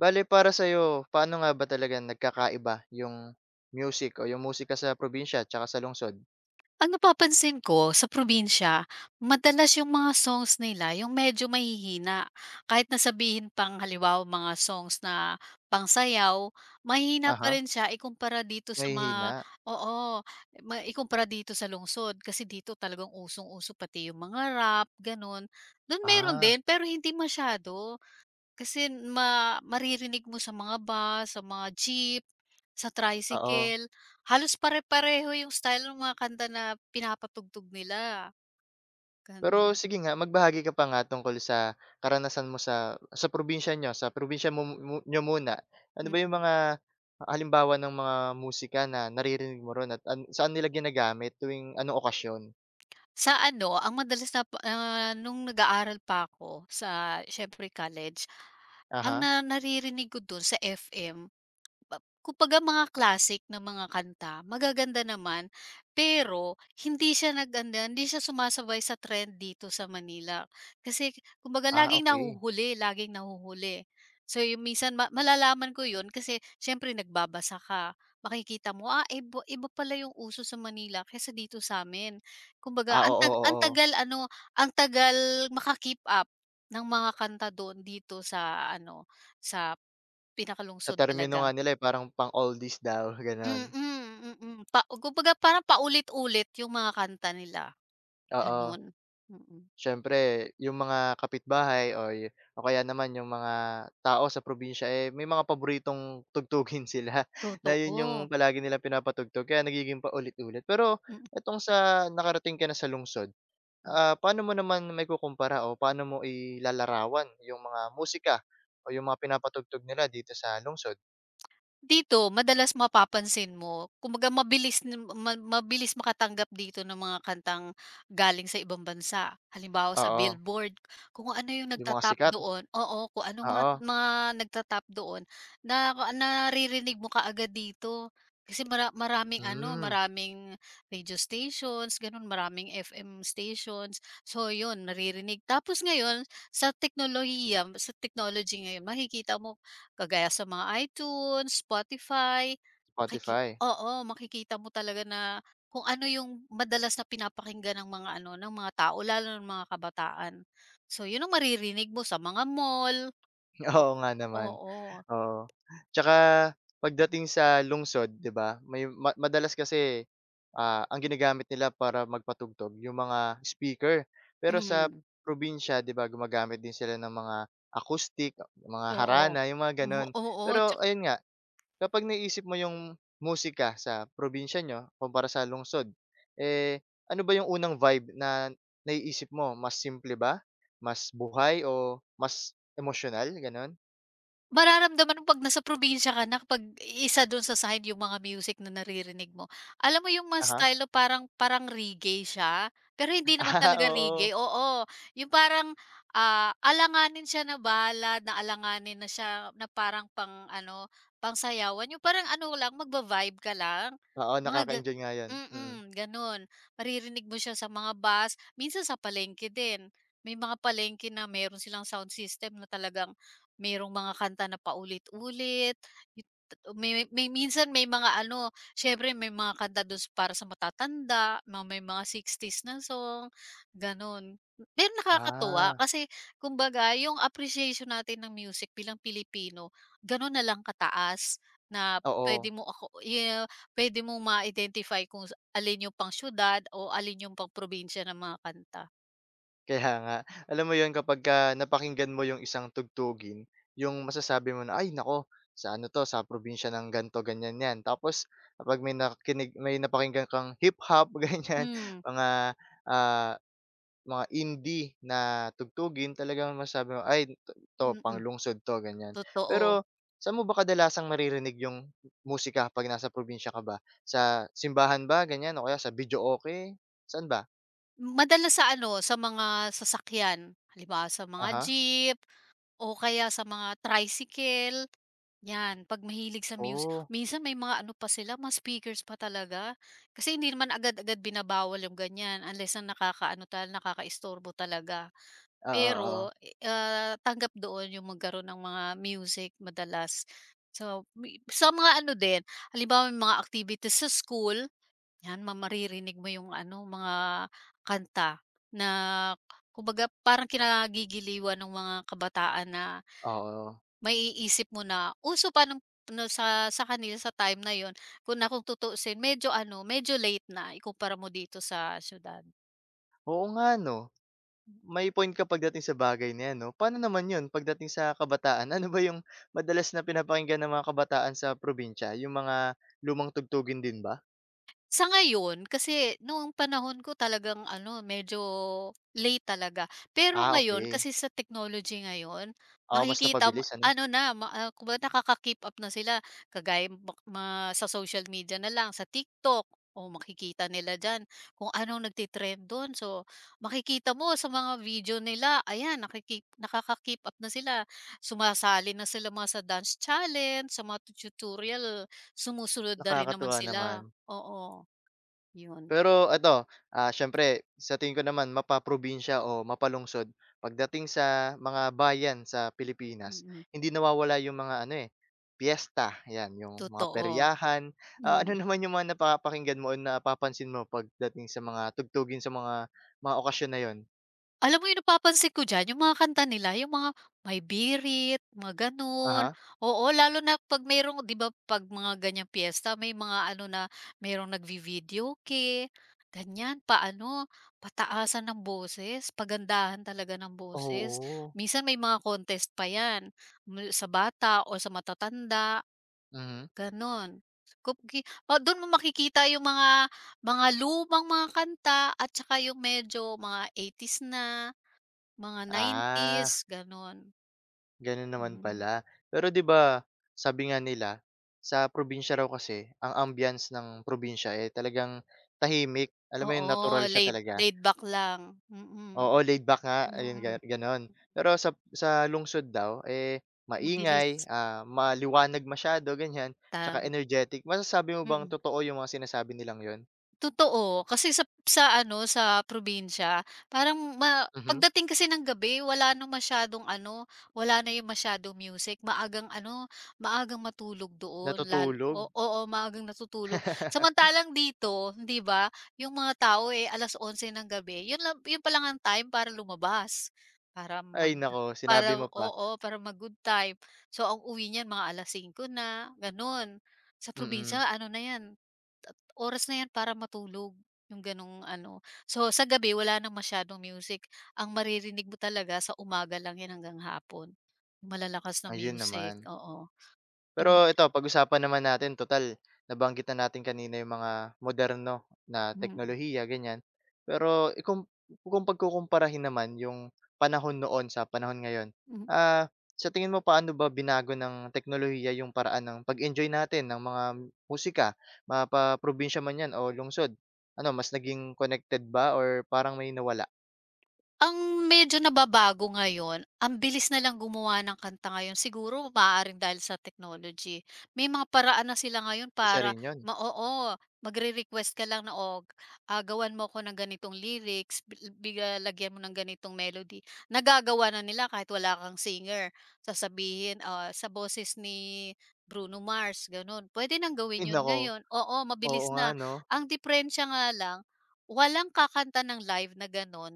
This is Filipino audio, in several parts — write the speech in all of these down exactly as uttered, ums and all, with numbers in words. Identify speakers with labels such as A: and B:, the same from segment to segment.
A: Bale para sa'yo, paano nga ba talaga nagkakaiba yung music o yung musika sa probinsya tsaka sa lungsod?
B: Ang napapansin ko sa probinsya, madalas yung mga songs nila yung medyo mahihina. Kahit na sabihin pang halimbawa mga songs na pangsayaw, mahihina pa
A: Uh-huh,
B: rin siya ikumpara dito sa
A: mahihina?
B: mga, oo, ma ikumpara dito sa lungsod. Kasi dito talagang usong-uso pati yung mga rap, ganun. Do'n meron
A: Ah,
B: din, pero hindi masyado. Kasi ma maririnig mo sa mga bus, sa mga jeep, sa
A: oo.
B: tricycle, halos pare-pareho yung style ng mga kanta na pinapatugtog nila,
A: Pero
B: gano'n.
A: sige nga, magbahagi ka pa nga tungkol sa karanasan mo sa sa probinsya niyo, sa probinsya mo mo niyo muna. Ano ba yung
B: Mm.
A: mga halimbawa ng mga musika na naririnig mo ro'n at an saan nila ginagamit tuwing anong okasyon?
B: Sa ano, ang madalas na pa ah, nung nag-aaral pa ako sa siyempre college, ang
A: Aha.
B: na naririnig ko dun sa F M Pap kumbaga mga classic na mga kanta, magaganda naman, pero hindi siya naganda hindi siya sumasabay sa trend dito sa Manila. Kasi kumbaga
A: Ah,
B: laging
A: okay.
B: nahuhuli, laging nahuhuli. So yung minsan ma malalaman ko yun kasi siyempre nagbabasa ka, makikita mo, ah, iba iba pala yung uso sa Manila kaysa dito sa'min. Kumbaga
A: Ah, oo,
B: ang tag
A: oo.
B: ang
A: Oo.
B: tagal, ano, ang tagal maka-keep up ng mga kanta doon dito sa ano, sa
A: Sa
B: pinakalungsod
A: termino
B: talaga.
A: nga nila, eh, parang pang-oldies daw, gano'n.
B: Mm, mm. Pa kumbaga parang paulit-ulit yung mga kanta nila,
A: Oo.
B: gano'n. Mm,
A: Siyempre yung mga kapitbahay o yu o kaya naman yung mga tao sa probinsya, eh, may mga paboritong tugtugin sila na yun yung
B: totoo.
A: palagi nilang pinapatugtog kaya nagiging paulit-ulit. Pero
B: Mm.
A: itong sa nakarating ka na sa lungsod, ah, paano mo naman maikukumpara o paano mo ilalarawan yung mga musika o yung mga pinapatugtog nila dito sa lungsod?
B: Dito madalas mapapansin mo, kumbaga mabilis na ma mabilis makatanggap dito ng mga kantang galing sa ibang bansa. Halimbawa sa
A: Oo,
B: Billboard, kung ano yung
A: yung mga
B: nagtatap
A: sikat,
B: doon, oo, kung ano mga
A: oo.
B: mga nagtatap doon na naririnig mo kaagad dito. Kasi mara maraming ano,
A: Hmm.
B: maraming radio stations, gano'n, maraming F M stations. So 'yun, naririnig. Tapos ngayon sa teknolohiya, sa technology ngayon, makikita mo kagaya sa mga iTunes, Spotify, makiki
A: Spotify,
B: oo, makikita mo talaga na kung ano yung madalas na pinapakinggan ng mga ano, ng mga tao, lalo ng mga kabataan. So yun ang maririnig mo sa mga mall. O,
A: oo nga naman.
B: oo,
A: Oo, 'tsaka pagdating sa lungsod 'di ba, may ma madalas kasi, ah, ang ginagamit nila para magpatugtog yung mga speaker. Pero sa
B: mm,
A: probinsya 'di ba gumagamit din sila ng mga acoustic, mga
B: oo.
A: harana, yung mga
B: Mo
A: gano'n.
B: oo.
A: Pero ayun nga, kapag naisip mo yung musika sa probinsya niyo kumpara sa lungsod, eh, ano ba yung unang vibe na naiisip mo? Mas simple ba, mas buhay o mas emosyonal, gano'n?
B: Mararamdaman mo 'pag nasa probinsya ka na kapag isa dun sa side yung mga music na naririnig mo. Alam mo yung mga
A: Aha.
B: style na parang parang reggae siya, pero hindi naman
A: Ah,
B: talaga
A: oo.
B: reggae, oo. Yung parang, ah, alanganin siya na ballad na alanganin na siya na parang pang-ano, pang sayawan yung parang ano lang, magva-vibe ka lang,
A: Oo,
B: mga ga
A: nakaka-enjoy nga 'yun, mm.
B: mm, ganun. Maririnig mo siya sa mga bus, minsan sa palengke din. May mga palengke na meron silang sound system na talagang merong mga kanta na paulit-ulit, yut may may minsan, may mga ano, siyempre may mga kanta dun s para sa matatanda, mga may mga sixties na song, gano'n. Pero nakakatuwa
A: Ah,
B: kasi kumbaga yung appreciation natin ng music bilang Pilipino, gano'n na lang kataas na
A: oo,
B: puwede mo ako yeah, puwede mo ma-identify kung sa alin yung pang siyudad o alin yung pang probinsya ng mga kanta.
A: kaya nga. Alam mo 'yun kapagka napakinggan mo 'yung isang tugtugin, 'yung masasabi mo na, "Ay naku, sa ano 'to, sa probinsya ng ganto ganyan 'yan." Tapos kapag may nakinig may napakinggan kang hip-hop, ganyan.
B: Hmm,
A: mga, ah Mga indie na tugtugin talagang masabi mo, "Ay to to,
B: mm, mm.
A: panglungsod 'to," ganyan.
B: Totoo.
A: Pero saan mo ba kadalasang maririnig yung musika 'pag nasa probinsya ka ba? Sa simbahan ba ganyan o kaya sa videooke? Saan ba?
B: Madalas sa ano, sa mga sasakyan. Halimbawa sa mga
A: Aha,
B: jeep o kaya sa mga tricycle, 'yan. 'Pag mahilig sa music
A: oh,
B: minsan may mga ano pa sila, mga speakers pa talaga. Kasi hindi naman agad-agad binabawal yung ganiyan unless na nakakaano tal nakakaistorbo talaga.
A: oo,
B: Pero, eh, ah, tanggap doon yung magkaroon ng mga music madalas. So, mi sa mga ano din, halimbawa may mga activities sa school. 'Yan, ma maririnig mo yung ano, mga kanta na kumbaga parang kinagigiliwan ng mga kabataan na
A: oo, oo.
B: maiisip mo na uso pa nung na sa sa kanila sa time na yon, kung na kung tutuusin medyo ano, medyo late na ikumpara mo dito sa siyudad.
A: Oo nga 'no, may point ka pagdating sa bagay na 'yan 'no. Paano naman 'yun pagdating sa kabataan, ano ba yung madalas na pinapakinggan ng mga kabataan sa probinsya, yung mga lumang tugtugin din ba?
B: Sa ngayon, kasi noong panahon ko talagang ano, medyo late talaga. Pero
A: Ah,
B: ngayon,
A: okey.
B: kasi sa technology ngayon,
A: Oo, mas
B: makikita mo
A: napabilis ano?
B: ano na, ma ah, kumbaga nakaka-keep up na sila. Kagaya mak ma sa social media na lang, sa TikTok, o makikita nila diyan kung anong nagte-trend dun. So, makikita mo sa mga video nila, ayan, nakiki nakaka-keep up na sila. Sumasali na sila mga sa dance challenge, sa mga tutorial, sumusunod na rin naman
A: Nakakatuwa naman.
B: sila. Oo, 'yun.
A: Pero eto, ah, siyempre sa tingin ko naman mapaprobinsya o mapalungsod pagdating sa mga bayan sa Pilipinas,
B: Mm,
A: hindi nawawala yung mga ano, eh, piyesta, 'yan, yung mga
B: totoo.
A: peryahan. Ah, ano
B: Mm.
A: naman yung mga napapakinggan mo o napapansin mo pagdating sa mga tugtugin sa mga mga okasyon na 'yon?
B: Alam mo 'yung napapansin ko diyan 'yung mga kanta nila, 'yung mga may birit, mga gano'n.
A: Aha.
B: Oo, lalo na 'pag mayroong, 'di ba, 'pag mga ganiyang piyesta, may mga ano na mayroong nagvi-videoke, ganiyan, paano, pataasan ng boses, pagandahan talaga ng
A: Huh,
B: boses.
A: oo.
B: Minsan may mga contest pa 'yan, mul sa bata o sa matatanda.
A: Mhm,
B: Gano'n. Kup gi O do'n mo makikita yung mga mga lumang mga kanta, at saka yung medyo mga eighties na, mga nineties,
A: ah.
B: gano'n.
A: Gano'n naman
B: Mm.
A: pala. Pero 'di ba, sabi nga nila, sa probinsya raw kasi, ang ambience ng probinsya, eh, talagang tahimik. Alam mo 'yun, natural
B: Oo,
A: siya
B: laid
A: talaga.
B: laid back lang. Mm, mm.
A: Oo, laid back nga, ayun
B: mm,
A: ga gano'n. Pero sa sa lungsod daw, eh, maingay,
B: Mabilis.
A: ah, maliwanag masyado, ganiyan, tsaka
B: Tama,
A: energetic. Masasabi mo bang
B: mm.
A: totoo yung mga sinasabi nilang yon?
B: Totoo, kasi sa sa ano, sa probinsya parang ma
A: Mhm,
B: pagdating kasi ng gabi wala ng masyadong ano, wala na yung masyadong music, maagang ano, maagang matulog doon, lalo,
A: natutulog?
B: o oo, maagang natutulog. Samantalang dito, 'di ba, yung mga tao, eh, alas onse ng gabi, yun lang yun pa lang ang time para lumabas, para
A: Ay
B: mag
A: nako sinabi
B: para,
A: mo pa.
B: oo, para mag-good time. So, ang uwi niyan mga alas singko na, gano'n. Sa
A: Mm,
B: probinsya ano na 'yan, oras na 'yan para matulog, yung gano'ng ano. So, sa gabi wala ng masyadong music, ang maririnig mo talaga sa umaga lang 'yan hanggang hapon, malalakas na
A: Ayun
B: music,
A: naman.
B: oo. Iba,
A: Pero ito pag-usapan naman natin total nabanggit na natin kanina yung mga moderno na
B: mm,
A: teknolohiya ganyan. Pero ikum kung pagkukumparahin naman yung panahon noon sa panahon ngayon,
B: mm.
A: ah, sa tingin mo paano ba binago ng teknolohiya yung paraan ng pag-enjoy natin ng mga musika, mapaprobinsya man yan o lungsod? Ano mas naging connected ba or parang may nawala?
B: Ang medyo nababago ngayon, ang bilis na lang gumawa ng kanta ngayon, siguro maaaring dahil sa technology. May mga paraan na sila ngayon
A: Isa
B: para
A: rin yun.
B: ma oo, magre-request ka lang na, "O, ah, gawan mo ko ng ganitong lyrics, bi biga lagyan mo ng ganitong melody." Nagagawa na nila kahit wala kang singer. Sasabihin, ah, "Sa boses ni Bruno Mars," gano'n. Pwede nang
A: Ay
B: gawin 'yun
A: naku,
B: ngayon, oo,
A: oo
B: mabilis
A: nga
B: na.
A: 'no?
B: Ang diperensya nga lang, walang kakanta ng live na gano'n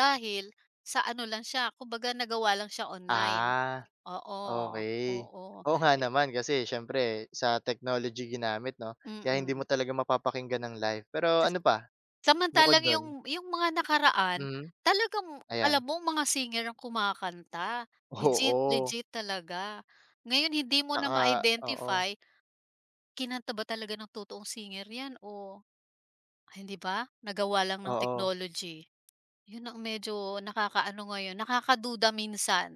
B: dahil sa ano lang siya, kumbaga nagawa lang siya online.
A: Ah.
B: Oo,
A: Okey.
B: oo,
A: Oo nga
B: eh,
A: naman kasi siyempre sa technology ginamit 'no, kaya hindi mo
B: mm.
A: talaga mapapakinggan ng live. Pero ano pa bukod
B: Samantalang
A: dun?
B: yung yung mga nakaraan,
A: Mhm,
B: talagang alam
A: ayan.
B: mo mga singer ang kumakanta, legit,
A: Oo,
B: legit talaga. Ngayon hindi mo na
A: tsaka oo,
B: ma-identify, kinanta ba talaga ng totoong singer 'yan o hindi ba, nagawa lang ng
A: oo.
B: technology. 'Yun ang medyo nakakaano ngayon, nakakaduda minsan.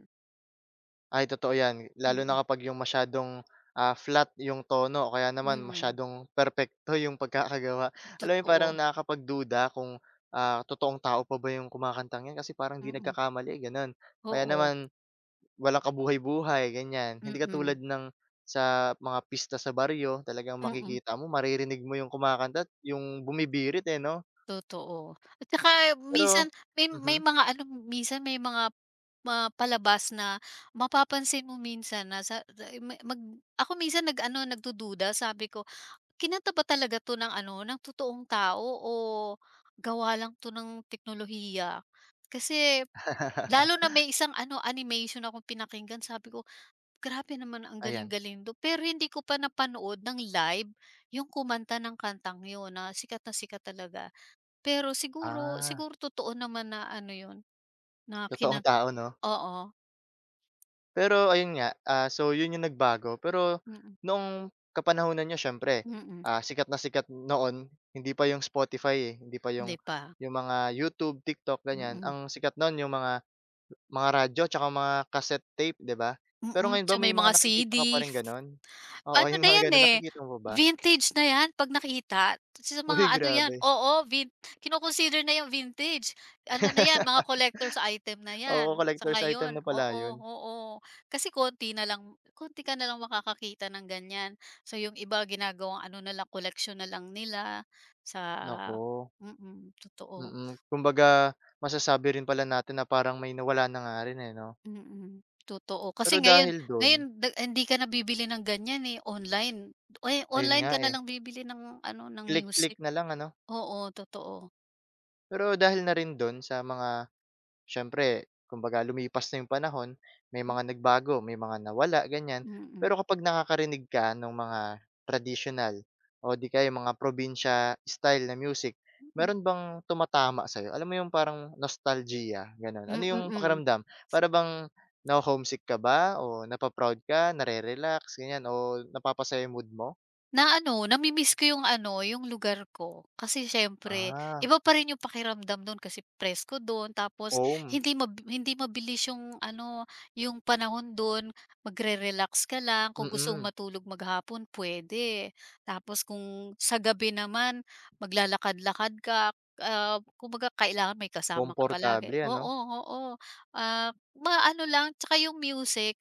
A: Ay totoo 'yan lalo na
B: Mm,
A: kapag yung masyadong, ah, flat yung tono o kaya naman
B: mm,
A: masyadong perpekto yung pagkakagawa. Alam mo yung parang
B: totoo,
A: nakakapagduda kung, ah, totoong tao pa ba yung kumakantang 'yan kasi parang 'di
B: mm,
A: nagkakamali, gano'n. Kaya
B: oo.
A: naman walang kabuhay-buhay ganyan, hindi
B: Mm,
A: katulad ng sa mga pista sa baryo talagang
B: mm,
A: makikita mo, maririnig mo yung kumakanta at yung bumibirit, eh, 'no?
B: totoo. At saka
A: Pero
B: minsan may may
A: mhm.
B: mga ano, minsan may mga ma palabas na mapapansin mo minsan na sa sa- ma mag ako minsan nag-ano, nagdududa sabi ko, "Kinanta ba talaga 'to ng ano, ng totoong tao o gawa lang 'to ng teknolohiya?" Kasi lalo na may isang ano, animation akong pinakinggan sabi ko, grabe naman ang
A: Ayan,
B: galing-galing do pero hindi ko pa napanood ng live yung kumanta ng kantang yun na sikat na sikat talaga. Pero siguro
A: ah,
B: siguro totoo naman na ano yun, na
A: totoong
B: kina
A: tao 'no?
B: oo,
A: Pero ayun nga, ah, so yun yung nagbago pero
B: mm, mm.
A: noong kapanahunan niyo siyempre,
B: mm,
A: ah, sikat na sikat noon hindi pa yung Spotify, eh, hindi pa yung
B: Hindi pa,
A: yung mga YouTube, TikTok
B: mm,
A: ganyan,
B: mm.
A: ang sikat noon yung mga Mga radyo tsaka mga cassette tape, 'di ba?
B: Mm,
A: Pero
B: mm.
A: ngayon ba
B: 'Tsaka
A: may
B: may mga
A: mga nakikita
B: C D.
A: ka pa ring gano'n? Oo,
B: Ano
A: yung
B: na
A: mga
B: yan,
A: gano'n
B: eh,
A: nakikita mo ba?
B: vintage na yan 'pag nakita. Sa mga
A: Uy,
B: ano yan,
A: grabe.
B: oo, vin kino-consider na yang vintage. Ano na yan, mga collector's item na
A: Oo,
B: yan sa
A: collector's item
B: ngayon.
A: na pala
B: Oo,
A: yun.
B: oo. Kasi konti na lang konti ka na lang makakakita ng ganyan. So, yung iba ginagawang ano na lang, koleksyon na lang nila sa,
A: Naku,
B: mm, totoo.
A: mm. Kumbaga masasabi rin pala natin na parang may nawala na nga rin, eh, 'no?
B: Mm, totoo.
A: Pero
B: Kasi ngayon
A: dahil don
B: ngayon da hindi ka na bibili ng ganyan, eh, online. Eh,
A: ayun
B: online
A: nga,
B: ka na
A: eh,
B: lang bibili ng ano, ng
A: click-click
B: music.
A: na lang ano?
B: Oo, totoo.
A: Pero dahil na rin dun sa mga Siyempre kumbaga lumipas na yung panahon, may mga nagbago, may mga nawala, ganyan.
B: Mm, mm.
A: Pero kapag nakakarinig ka ng mga traditional o di kaya yung mga probinsya style na music, meron bang tumatama sa'yo? Alam mo yung parang nostalgia, gano'n? Ano
B: Mm,
A: yung
B: mm.
A: pakiramdam? Para bang na homesick ka ba o napaproud ka, nare-relax, ganyan o napapasaya yung mood mo?
B: Na ano, nami-miss ko yung ano, yung lugar ko. Kasi siyempre
A: Ah,
B: iba pa rin yung pakiramdam don, kasi presko don, tapos
A: home.
B: hindi mab hindi mabilis yung ano, yung panahon don. Magre-relax ka lang, kung gusto
A: Mm,
B: mong matulog maghapon, puwede. Tapos kung sa gabi naman maglalakad-lakad ka, ah, kumbaga kailangan may kasama ka
A: Komportable
B: palagi. Oo,
A: ano?
B: oo. Ah, maano lang, tsaka yung music,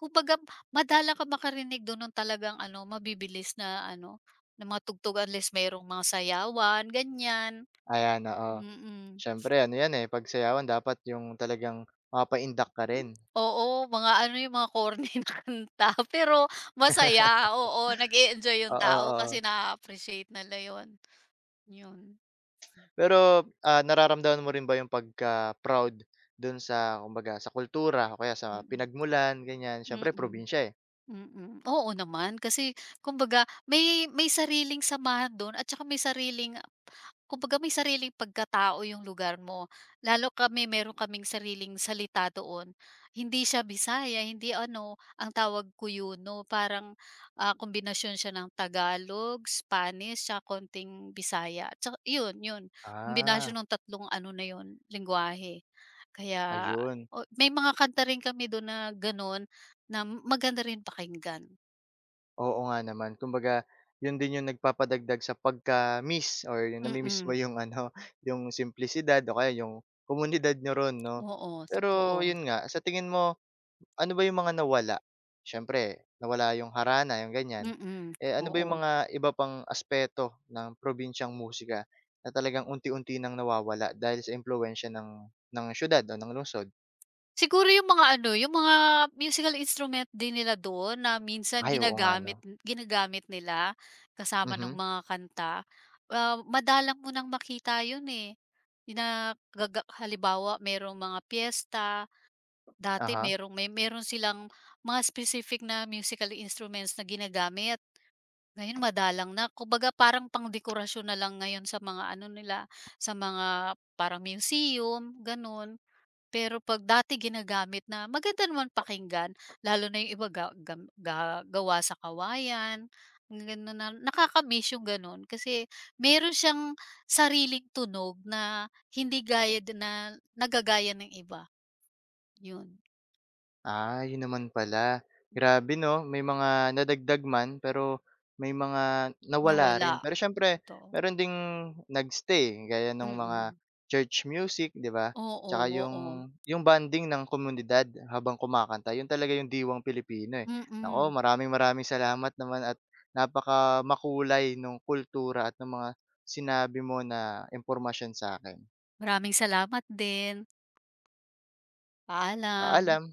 B: kumbaga madalang ka makarinig dun ng talagang ano, mabibilis na ano, na mga tugtog, unless merong mga sayawan, ganyan.
A: Ayan, oo.
B: Mm.
A: Siyempre ano 'yan, eh, 'pag sayawan dapat yung talagang mapapaindak ka rin.
B: Oo, mga ano yung mga corny na kanta pero masaya, oo, nag-e-enjoy yung
A: Oo,
B: tao kasi
A: oo.
B: na appreciate nila yun, yun.
A: Pero, ah, nararamdaman mo rin ba yung pagka-proud dun sa kumbaga sa kultura o kaya sa
B: Mm,
A: pinagmulan, ganiyan?
B: mm,
A: Siyempre probinsya, eh.
B: mm. Oo naman, kasi kumbaga may may sariling samahan dun at saka may sariling, kumbaga, may sariling pagkatao yung lugar mo. Lalo, kami meron kaming sariling salita doon. Hindi siya Bisaya, hindi ano, ang tawag Kuyuno. Parang, ah, kombinasyon siya ng Tagalog, Spanish, tsaka konting Bisaya. Tsaka yun, yun.
A: Ah,
B: Kombinasyon ng tatlong ano na yun, lengguwahe. Kaya
A: ayun.
B: o may mga kanta rin kami doon na ganun, na maganda rin pakinggan.
A: Oo nga naman. Kumbaga, yun din yung nagpapadagdag sa pagka-miss or yung
B: Mm,
A: nami-miss mo
B: mm.
A: yung ano, yung simplisidad o kaya yung komunidad nyo ron 'no.
B: Oo,
A: Pero
B: totoo.
A: yun nga, sa tingin mo, ano ba yung mga nawala? Siyempre nawala yung harana, yung ganyan.
B: Mm,
A: Eh, ano ba yung
B: oo.
A: mga iba pang aspeto ng probinsyang musika na talagang unti-unti nang nawawala dahil sa impluwensiya ng ng siyudad o ng lungsod?
B: Siguro yung mga ano, yung mga musical instrument din nila doon na minsan
A: Ay, oo nga 'no.
B: ginagamit, ginagamit nila kasama ng
A: Mhm,
B: mga kanta, ah, madalang mo nang makita yun, eh, na gaga halimbawa merong mga piyesta, dati
A: aha.
B: merong may meron silang mga specific na musical instruments na ginagamit. Ngayon madalang na, kumbaga parang pangdekorasyon na lang ngayon sa mga ano nila, sa mga parang museum, gano'n. Pero 'pag dati ginagamit, na maganda naman pakinggan, lalo na yung iba ga gam ga gawa sa kawayan, gano'n na nakaka yung gano'n. Kasi meron siyang sariling tunog na hindi gaya din na nagagaya ng iba, yun,
A: Ah, yun naman pala. Grabe 'no, may mga nadagdag man, pero may mga nawala
B: nawala,
A: rin. Pero siyempre
B: totoo.
A: meron ding nagstay gaya ng mga
B: Mm.
A: church music, 'di ba?
B: Oo,
A: Tsaka yung
B: oo.
A: yung bonding ng komunidad habang kumakanta, yun talaga yung diwang Pilipino, eh. Naku,
B: Mm.
A: maraming-maraming salamat naman at napaka makulay nung kultura at ng mga sinabi mo na impormasyon sa akin.
B: Maraming salamat din, paalam.
A: Paalam.